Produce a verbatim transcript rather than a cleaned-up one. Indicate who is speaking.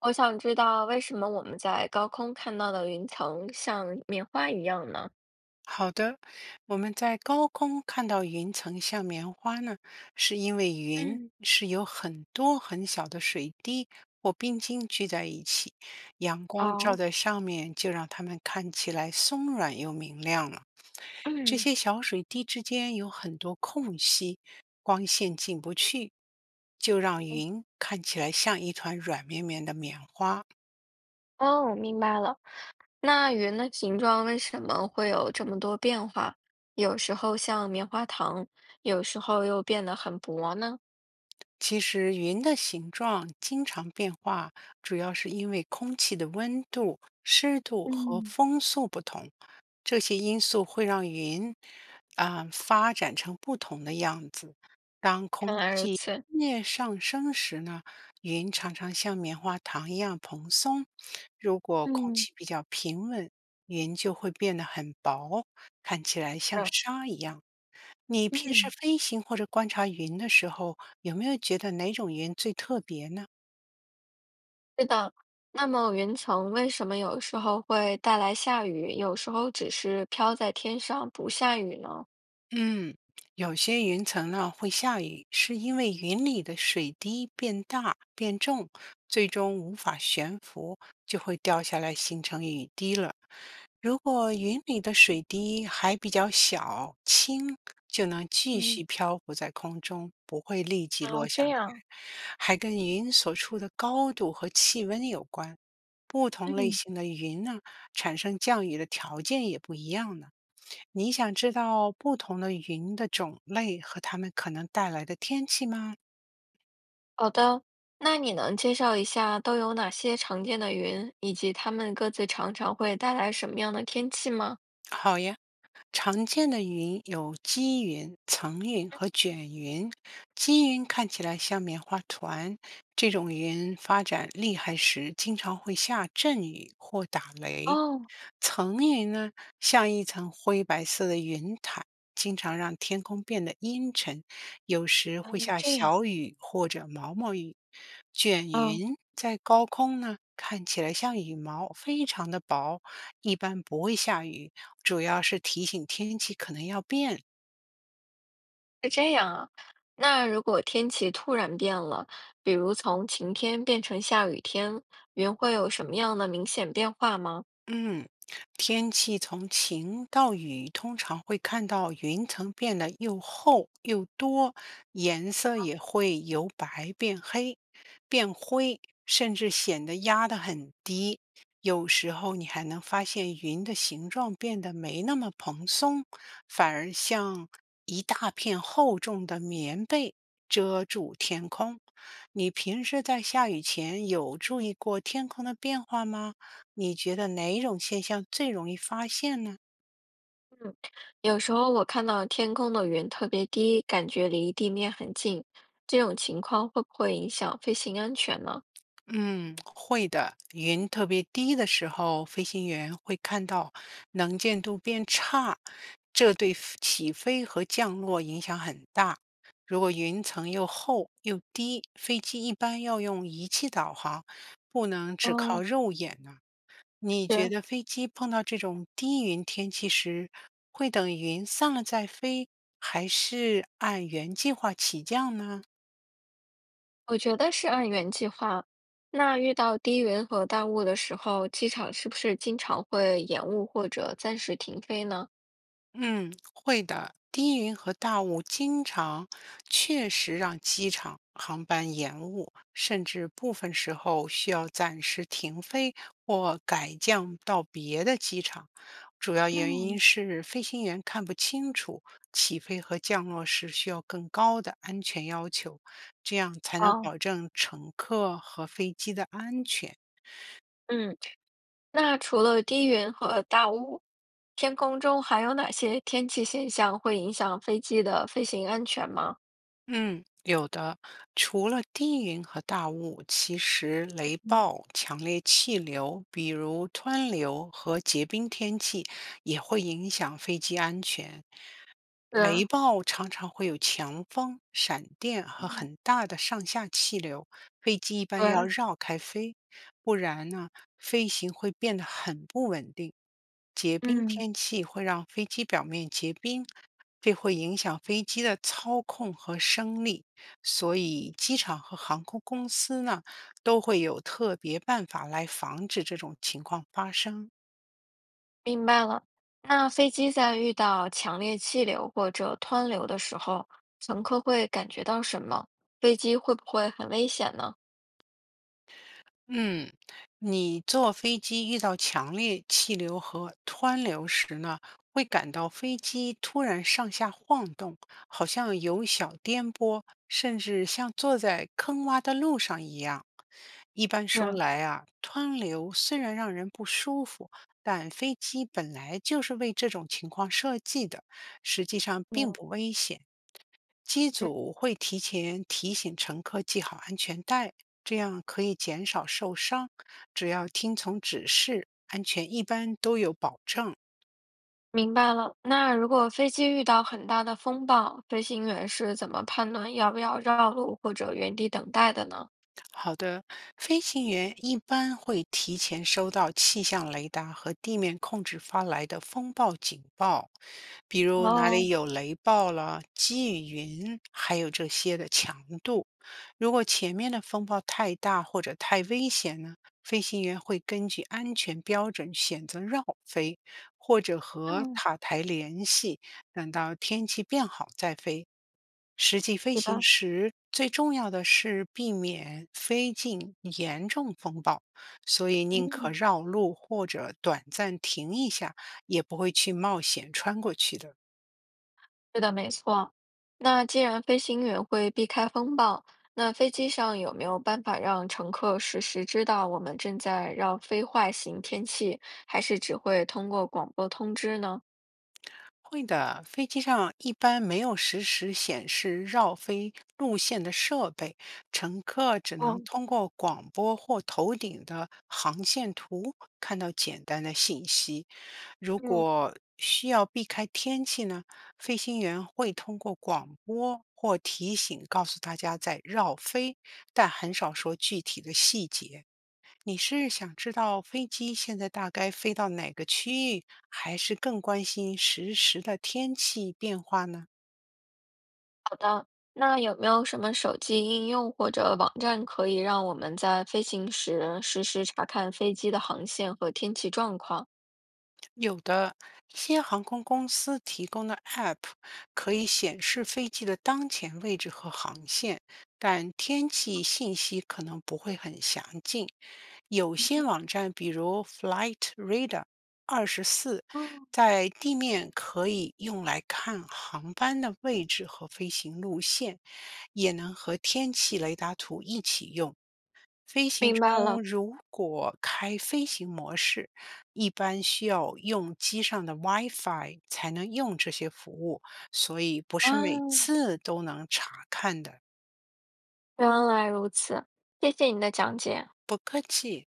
Speaker 1: 我想知道为什么我们在高空看到的云层像棉花一样呢？
Speaker 2: 好的，我们在高空看到云层像棉花呢，是因为云
Speaker 1: 嗯，
Speaker 2: 是由很多很小的水滴或冰晶聚在一起，阳光照
Speaker 1: 哦，
Speaker 2: 在上面，就让它们看起来松软又明亮了。这
Speaker 1: 嗯，
Speaker 2: 些小水滴之间有很多空隙，光线进不去，就让云看起来像一团软绵绵的棉花。
Speaker 1: 哦，明白了。那云的形状为什么会有这么多变化？有时候像棉花糖，有时候又变得很薄呢？
Speaker 2: 其实云的形状经常变化，主要是因为空气的温度、湿度和
Speaker 1: 嗯，
Speaker 2: 风速不同，这些因素会让云啊、发展成不同的样子。当空
Speaker 1: 原来如
Speaker 2: 气
Speaker 1: 此，
Speaker 2: 面上升时呢，云常常像棉花糖一样蓬松；如果空
Speaker 1: 嗯，
Speaker 2: 气比较平稳，云就会变得很薄，看起来像
Speaker 1: 是，
Speaker 2: 纱一样。你平时
Speaker 1: 嗯，
Speaker 2: 飞行或者观察云的时候，有没有觉得哪种云最特别呢？
Speaker 1: 是的。那么云层为什么有时候会带来下雨，有时候只是飘在天上不下雨呢？
Speaker 2: 嗯，有些云层呢会下雨，是因为云里的水滴变大变重，最终无法悬浮，就会掉下来形成雨滴了。如果云里的水滴还比较小、轻，就能继
Speaker 1: 嗯，
Speaker 2: 续漂浮在空中，不会立即落
Speaker 1: 哦，
Speaker 2: 下
Speaker 1: 这
Speaker 2: 来，
Speaker 1: 样。
Speaker 2: 还跟云所处的高度和气温有关。不同类
Speaker 1: 嗯。
Speaker 2: 型的云呢，产生降雨的条件也不一样呢。你想知道不同的云的种类和它们可能带来的天气吗？
Speaker 1: 好的，那你能介绍一下都有哪些常见的云，以及它们各自常常会带来什么样的天气吗？
Speaker 2: 好呀，常见的云有积云、层云和卷云。积云看起来像棉花团，这种云发展厉害时经常会下阵雨或打雷。
Speaker 1: 哦，
Speaker 2: 层云呢，像一层灰白色的云毯，经常让天空变得阴沉，有时会
Speaker 1: 原来
Speaker 2: 下
Speaker 1: 这样，
Speaker 2: 小雨或者毛毛雨。卷
Speaker 1: 哦，
Speaker 2: 云在高空呢，看起来像羽毛，非常的薄，一般不会下雨。主要是提醒天气可能要变。
Speaker 1: 是这样啊。那如果天气突然变了，比如从晴天变成下雨天，云会有什么样的明显变化吗？
Speaker 2: 嗯，天气从晴到雨，通常会看到云层变得又厚又多，颜色也会由白变黑、变灰，甚至显得压得很低。有时候你还能发现云的形状变得没那么蓬松，反而像一大片厚重的棉被遮住天空。你平时在下雨前有注意过天空的变化吗？你觉得哪一种现象最容易发现呢？
Speaker 1: 嗯，有时候我看到天空的云特别低，感觉离地面很近，这种情况会不会影响飞行安全呢？
Speaker 2: 嗯，会的。云特别低的时候，飞行员会看到能见度变差，这对 f- 起飞和降落影响很大。如果云层又厚又低，飞机一般要用仪器导航，不能只靠
Speaker 1: 哦，
Speaker 2: 肉眼呢。你觉
Speaker 1: 是。
Speaker 2: 得飞机碰到这种低云天气时，会等云散了再飞，还是按原计划起降呢？
Speaker 1: 我觉得是按原计划。那遇到低云和大雾的时候，机场是不是经常会延误或者暂时停飞呢？
Speaker 2: 嗯，会的。低云和大雾经常确实让机场航班延误，甚至部分时候需要暂时停飞或改降到别的机场。主要原因
Speaker 1: 嗯，
Speaker 2: 是飞行员看不清楚起飞和降落时需要更高的安全要求，这样才能
Speaker 1: 哦，
Speaker 2: 保证乘客和飞机的安全。
Speaker 1: 嗯，那除了低云和大雾，天空中还有哪些天气现象会影响飞机的飞行安全吗？
Speaker 2: 嗯，有的。除了低云和大雾，其实雷
Speaker 1: 嗯，
Speaker 2: 暴、强烈气流，比如湍流和结冰天气，也会影响飞机安全。雷
Speaker 1: 是，
Speaker 2: 暴常常会有强风、闪电和
Speaker 1: 嗯，
Speaker 2: 很大的上下气流，飞机一般要
Speaker 1: 对，
Speaker 2: 绕开飞，不然呢，飞行会变得很不稳定。结冰
Speaker 1: 嗯，
Speaker 2: 天气会让飞机表面结冰，这会影响飞机的操控和升力，所以机场和航空公司呢都会有特别办法来防止这种情况发生。
Speaker 1: 明白了。那飞机在遇到强烈气流或者湍流的时候，乘客会感觉到什么？飞机会不会很危险呢？
Speaker 2: 嗯，你坐飞机遇到强烈气流和湍流时呢，会感到飞机突然上下晃动，好像有小颠簸，甚至像坐在坑洼的路上一样。一般说
Speaker 1: 嗯，
Speaker 2: 来啊，湍流虽然让人不舒服，但飞机本来就是为这种情况设计的，实际上并
Speaker 1: 嗯，
Speaker 2: 不危险。机
Speaker 1: 嗯，
Speaker 2: 组会提前提醒乘客系好安全带，这样可以减少受伤。只要听从指示，安全一般都有保障。
Speaker 1: 明白了。那如果飞机遇到很大的风暴，飞行员是怎么判断要不要绕路或者原地等待的呢？
Speaker 2: 好的，飞行员一般会提前收到气象雷达和地面控制发来的风暴警报，比如哪里
Speaker 1: 哦，
Speaker 2: 有雷暴了、积雨云，还有这些的强度。如果前面的风暴太大或者太危险呢，飞行员会根据安全标准选择绕飞，或者和
Speaker 1: 嗯，
Speaker 2: 塔台联系。等到天气变好再飞。实际飞
Speaker 1: 是
Speaker 2: 行
Speaker 1: 的，
Speaker 2: 时，最重要的是避免飞进严重风暴，所以宁可
Speaker 1: 嗯，
Speaker 2: 绕路或者短暂停一下，也不会去冒险穿过去的。
Speaker 1: 是的，没错。那既然飞行员会避开风暴，那飞机上有没有办法让乘客实时知道我们正在绕非坏型天气，还是只会通过广播通知呢？
Speaker 2: 会的，飞机上一般没有实时显示绕飞路线的设备，乘客只能
Speaker 1: 哦，
Speaker 2: 通过广播或头顶的航线图看到简单的信息。如
Speaker 1: 嗯。
Speaker 2: 果需要避开天气呢，飞行员会通过广播或提醒告诉大家在绕飞，但很少说具体的细节。你是想知道飞机现在大概飞到哪个区域，还是更关心实时的天气变化呢？
Speaker 1: 那有没有什么手机应用或者网站可以让我们在飞行时实时查看飞机的航线和天气状况？
Speaker 2: 有的，一些航空公司提供的 App 可以显示飞机的当前位置和航线，但天气信息可能不会很详尽。有些网站，比如 Flight Radar 二十四，
Speaker 1: 哦，
Speaker 2: 在地面可以用来看航班的位置和飞行路线，也能和天气雷达图一起用。飞行
Speaker 1: 明白了，
Speaker 2: 中如果开飞行模式，一般需要用机上的 WiFi 才能用这些服务，所以不是每
Speaker 1: 啊，
Speaker 2: 次都能查看的。
Speaker 1: 原来如此，谢谢你的讲解。
Speaker 2: 不客气。